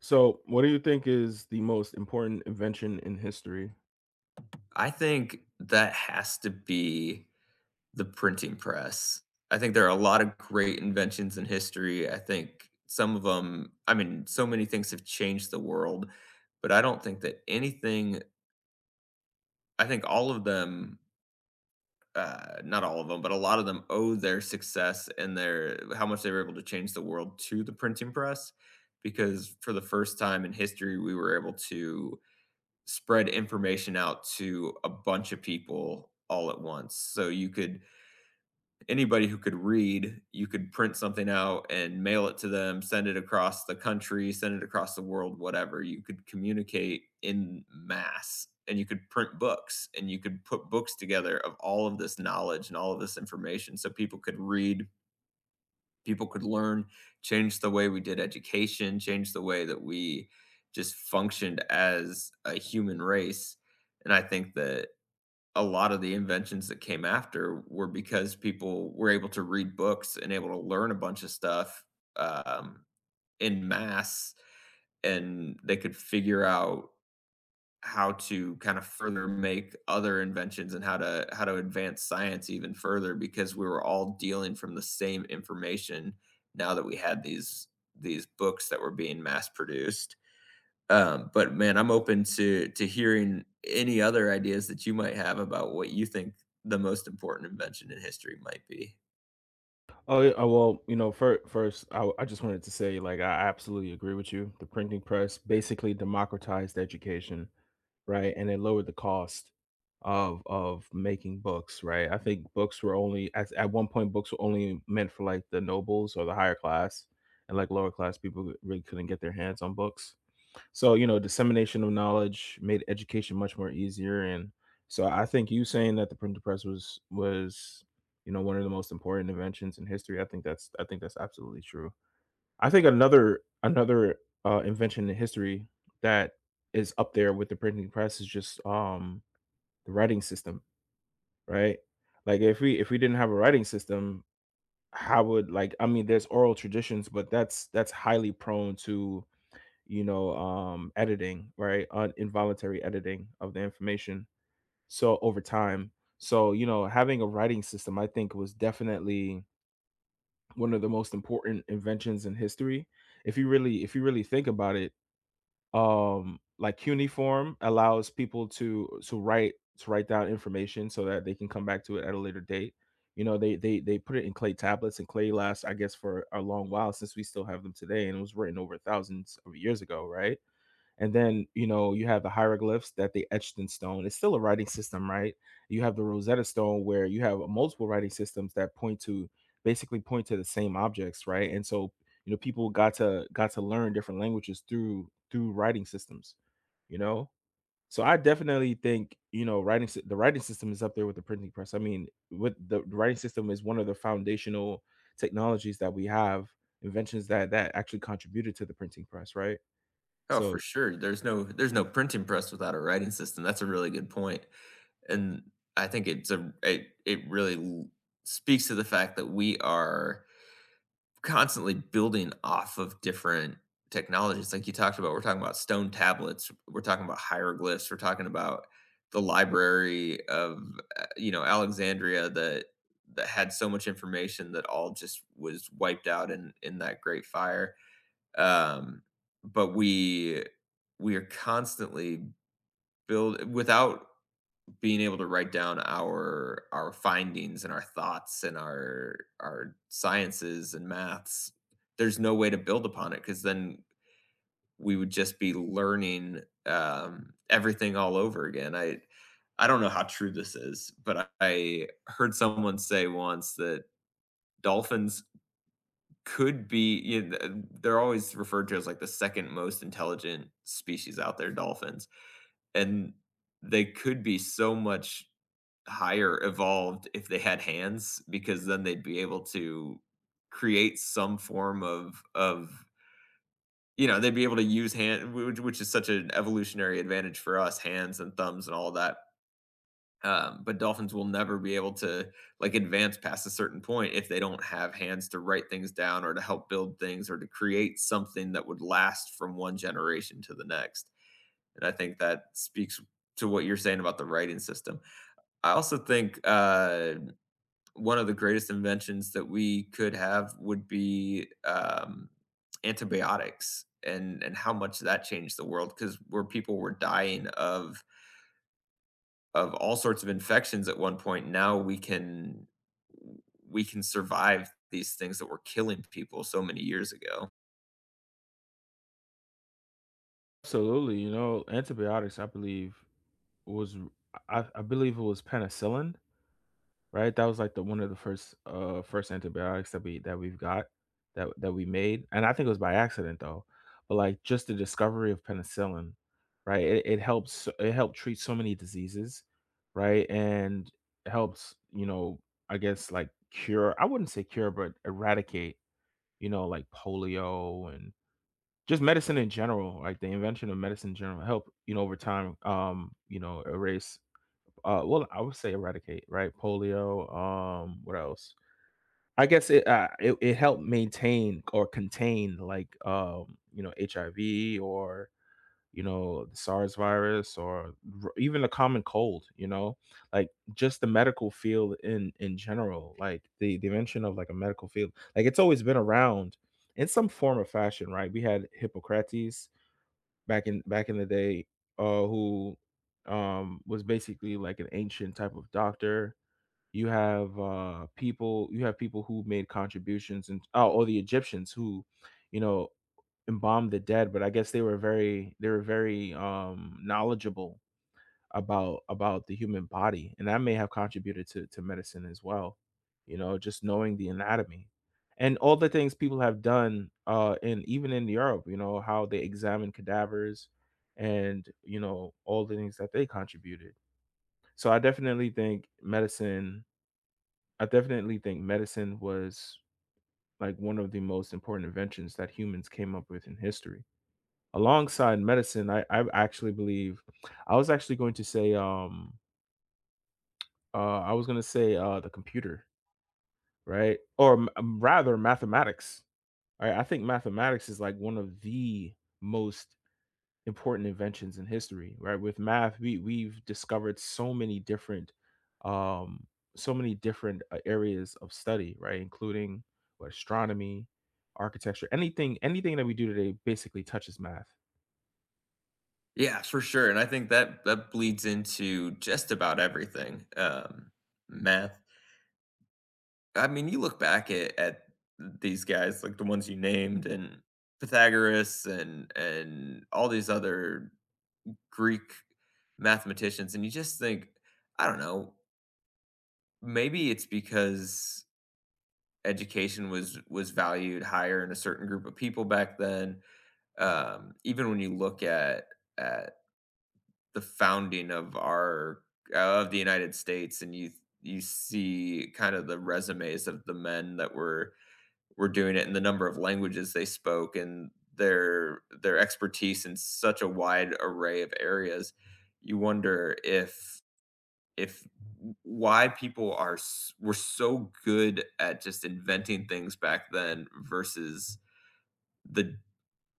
So, what do you think is the most important invention in history? I think that has to be the printing press. I think there are a lot of great inventions in history. I think some of them, I mean, so many things have changed the world, but I don't think that anything I think all of them, not all of them, but a lot of them owe their success and their how much they were able to change the world to the printing press, because for the first time in history, we were able to spread information out to a bunch of people all at once. So you could anybody who could read, you could print something out and mail it to them, send it across the country, send it across the world, whatever. You could communicate in mass, and you could print books, and you could put books together of all of this knowledge and all of this information so people could read, people could learn, change the way we did education, change the way that we just functioned as a human race. And I think that a lot of the inventions that came after were because people were able to read books and able to learn a bunch of stuff, um, in mass, and they could figure out how to kind of further make other inventions, and how to advance science even further, because we were all dealing from the same information now that we had these books that were being mass produced. But, man, I'm open to hearing any other ideas that you might have about what you think the most important invention in history might be. Oh, yeah, well, you know, first, I just wanted to say, like, I absolutely agree with you. The printing press basically democratized education, right? And it lowered the cost of making books, right? I think books were only at one point books were only meant for like the nobles or the higher class, and like lower class people really couldn't get their hands on books. So, you know, dissemination of knowledge made education much more easier. And so I think you saying that the printing press was, you know, one of the most important inventions in history. I think that's absolutely true. I think another invention in history that is up there with the printing press is just the writing system, right? Like if we didn't have a writing system, how would like I mean there's oral traditions, but that's highly prone to you know, editing, right? Involuntary editing of the information. So over time, so you know, having a writing system, I think, was definitely one of the most important inventions in history. If you really think about it, like cuneiform allows people to write down information so that they can come back to it at a later date. You know, they put it in clay tablets, and clay lasts, I guess, for a long while since we still have them today, and it was written over thousands of years ago, right? And then, you know, you have the hieroglyphs that they etched in stone. It's still a writing system, right? You have the Rosetta Stone where you have multiple writing systems that point to basically point to the same objects, right? And so, you know, people got to learn different languages through writing systems, you know? So I definitely think, you know, the writing system is up there with the printing press. I mean, with the writing system is one of the foundational technologies that we have, inventions that actually contributed to the printing press, right? Oh, So for sure. There's no printing press without a writing system. That's a really good point. And I think it's a it it really speaks to the fact that we are constantly building off of different technologies, like you talked about. We're talking about stone tablets, we're talking about hieroglyphs, we're talking about the library of, Alexandria, that had so much information that all just was wiped out in that great fire. Um but we are constantly build without being able to write down our findings and our thoughts and our sciences and maths. There's no way to build upon it, because then we would just be learning, everything all over again. I don't know how true this is, but I heard someone say once that dolphins could be, they're always referred to as like the second most intelligent species out there, dolphins. And they could be so much higher evolved if they had hands, because then they'd be able to create some form of, they'd be able to use hand, which is such an evolutionary advantage for us, hands and thumbs and all that. But dolphins will never be able to like advance past a certain point if they don't have hands to write things down or to help build things or to create something that would last from one generation to the next. And I think that speaks to what you're saying about the writing system. I also think, one of the greatest inventions that we could have would be, antibiotics, and how much that changed the world, because where people were dying of all sorts of infections at one point, now we can survive these things that were killing people so many years ago. absolutely, you know, antibiotics, I believe was I believe it was penicillin, right? That was like the one of the first first antibiotics that we've got that that we made. And I think it was by accident though. But like just the discovery of penicillin, right? It it helped treat so many diseases, right? And helps, you know, I guess like I wouldn't say cure, but eradicate, you know, like polio and just medicine in general, like the invention of medicine in general help you know, over time, you know, erase, well, I would say eradicate, right? Polio, what else? I guess it it helped maintain or contain like you know, HIV or you know, the SARS virus or even the common cold, you know, like just the medical field in general, like the invention of like a medical field, like it's always been around in some form or fashion, right? We had Hippocrates, back in the day, who was basically like an ancient type of doctor. You have people who made contributions and oh or the Egyptians who, you know, embalmed the dead, but I guess they were very knowledgeable about the human body, and that may have contributed to medicine as well, you know, just knowing the anatomy. And all the things people have done, in even in Europe, you know, how they examined cadavers and, you know, all the things that they contributed. So I definitely think medicine was like one of the most important inventions that humans came up with in history. Alongside medicine, I actually believe I was actually going to say I was gonna say, the computer, right? Or m rather mathematics, right? I think mathematics is like one of the most important inventions in history, right? With math, we've discovered um, so many different areas of study, right? Including what astronomy, architecture, anything that we do today basically touches math. Yeah, for sure. And I think that that bleeds into just about everything. Math. I mean, you look back at these guys, like the ones you named, and Pythagoras and all these other Greek mathematicians, and you just think, I don't know, maybe it's because education was valued higher in a certain group of people back then. Even when you look at the founding of our, of the United States, and you see kind of the resumes of the men that were doing it, and the number of languages they spoke, and their expertise in such a wide array of areas, you wonder if why people are were so good at just inventing things back then versus the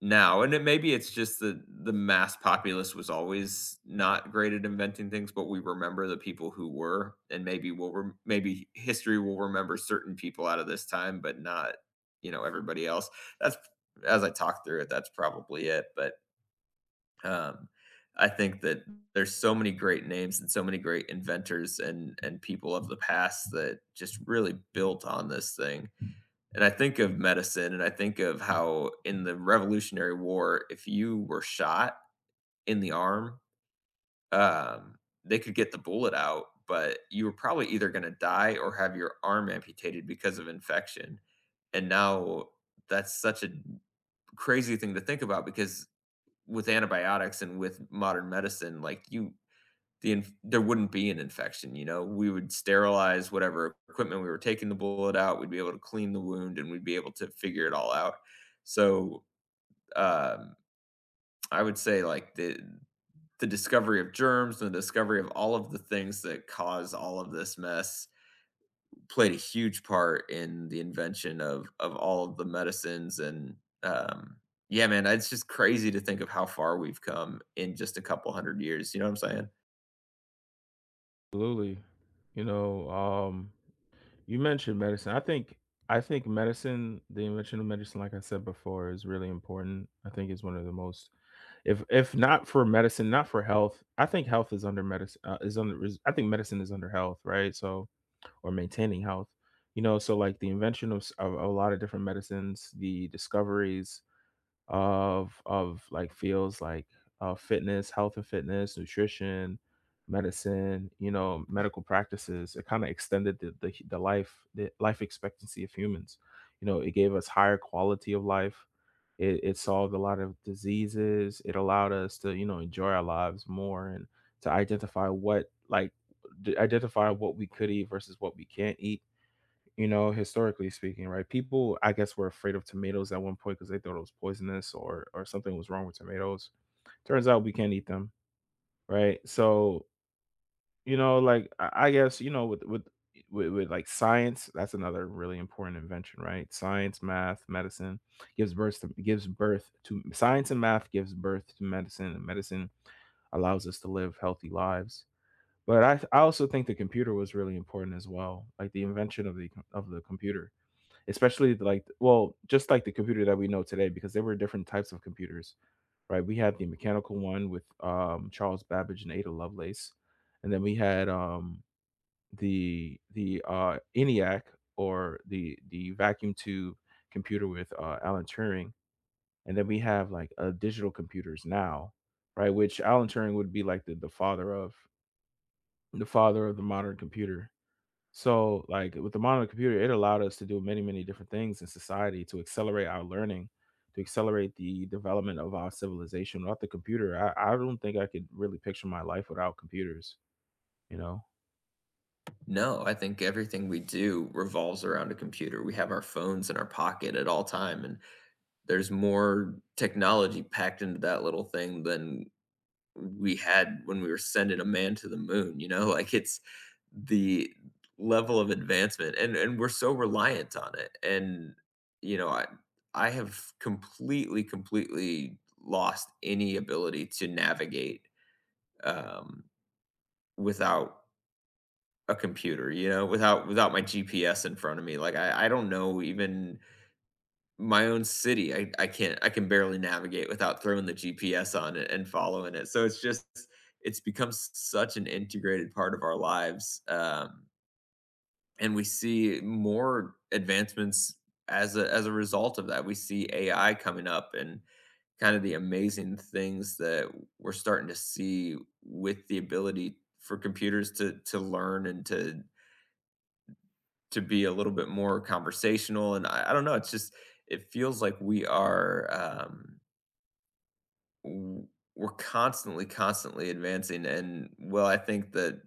now. And it maybe it's just that the mass populace was always not great at inventing things, but we remember the people who were, and maybe we'll rem maybe history will remember certain people out of this time, but not, you know, everybody else. That's as I talk through it, that's probably it. But, um, I think that there's so many great names and so many great inventors and people of the past that just really built on this thing. And I think of medicine, and I think of how in the Revolutionary War, if you were shot in the arm, um, they could get the bullet out, but you were probably either gonna die or have your arm amputated because of infection. And now, that's such a crazy thing to think about, because with antibiotics and with modern medicine, like you, there wouldn't be an infection, we would sterilize whatever equipment we were taking the bullet out, we'd be able to clean the wound, and we'd be able to figure it all out. So, um, I would say, like, the discovery of germs and the discovery of all of the things that cause all of this mess played a huge part in the invention of all of the medicines, and, um, yeah, man, it's just crazy to think of how far we've come in just a couple 100 years, you know what I'm saying? Absolutely. You know, you mentioned medicine. I think medicine, the invention of medicine, like I said before, is really important. I think it's one of the most, if not for medicine, not for health. I think health is under medicine. Is under. Is, I think medicine is under health, right? So, or maintaining health. You know, so like the invention of, of a lot of different medicines, the discoveries, of like fields like fitness, health and fitness, nutrition, medicine, you know, medical practices. It kind of extended the life expectancy of humans. You know, it gave us higher quality of life. It solved a lot of diseases. It allowed us to you know enjoy our lives more and to identify what like identify what we could eat versus what we can't eat you know, historically speaking, right? People, I guess, were afraid of tomatoes at one point because they thought it was poisonous or something was wrong with tomatoes. Turns out we can't eat them, right? So, you know, like I guess, you know, with, like science, that's another really important invention, right? Science, math, medicine gives birth to science and math gives birth to medicine, and medicine allows us to live healthy lives. But I also think the computer was really important as well, like the invention of of the computer especially the, like well just like the computer that we know today because there were different types of computers right we had the mechanical one with Charles Babbage and Ada Lovelace and then we had the ENIAC or the vacuum tube computer with Alan Turing and then we have like digital computers now right which Alan Turing would be like the father of the father of the modern computer. So, like with the modern computer, it allowed us to do many, many different things in society to accelerate our learning, to accelerate the development of our civilization. Without the computer, I don't think I could really picture my life without computers, you know? No, I think everything we do revolves around a computer. We have our phones in our pocket at all time, and there's more technology packed into that little thing than we had when we were sending a man to the moon, you know? Like, it's the level of advancement, and we're so reliant on it, and, you know, I I have completely, completely lost any ability to navigate, um, without a computer, without my GPS in front of me. Like, I don't know even my own city. I can't I can barely navigate without throwing the GPS on it and following it. So it's just, it's become such an integrated part of our lives. And we see more advancements as a result of that. We see AI coming up and kind of the amazing things that we're starting to see with the ability for computers to learn and to be a little bit more conversational. And I don't know, it's just it feels like we are, w we're constantly, constantly advancing, and, well, I think that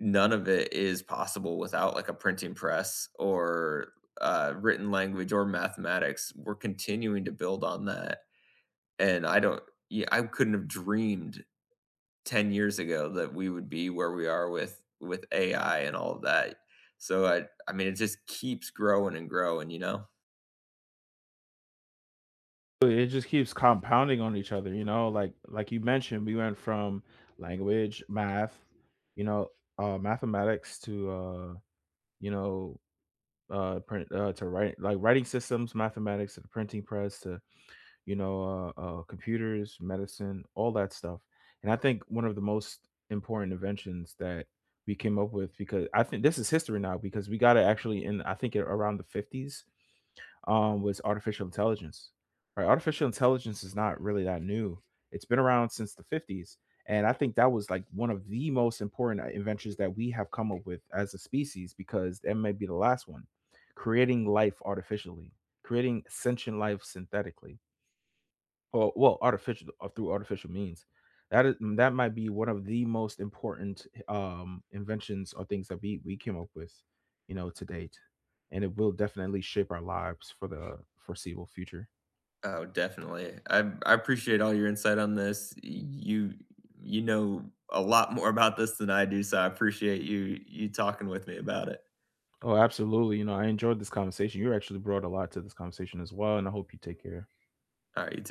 none of it is possible without, like, a printing press, or, written language, or mathematics. We're continuing to build on that, and I don't yeah, I couldn't have dreamed 10 years ago that we would be where we are with AI and all of that. So I mean, it just keeps growing and growing, you know? So, it just keeps compounding on each other, you know. Like you mentioned, we went from language, math, you know, mathematics to you know, print to write like writing systems, mathematics to the printing press to you know, computers, medicine, all that stuff. And I think one of the most important inventions that we came up with, because I think this is history now, because we got it actually in, I think, around the 50s, was artificial intelligence. Right? Artificial intelligence is not really that new. It's been around since the 50s. And I think that was like one of the most important inventions that we have come up with as a species, because that may be the last one, creating life artificially, creating sentient life synthetically. Oh, well, artificial through artificial means. That is that might be one of the most important inventions or things that we came up with, you know, to date. And it will definitely shape our lives for the foreseeable future. Oh, definitely. I appreciate all your insight on this. You you know a lot more about this than I do, so I appreciate you talking with me about it. Oh, absolutely. You know, I enjoyed this conversation. You actually brought a lot to this conversation as well, and I hope you take care. All right. You.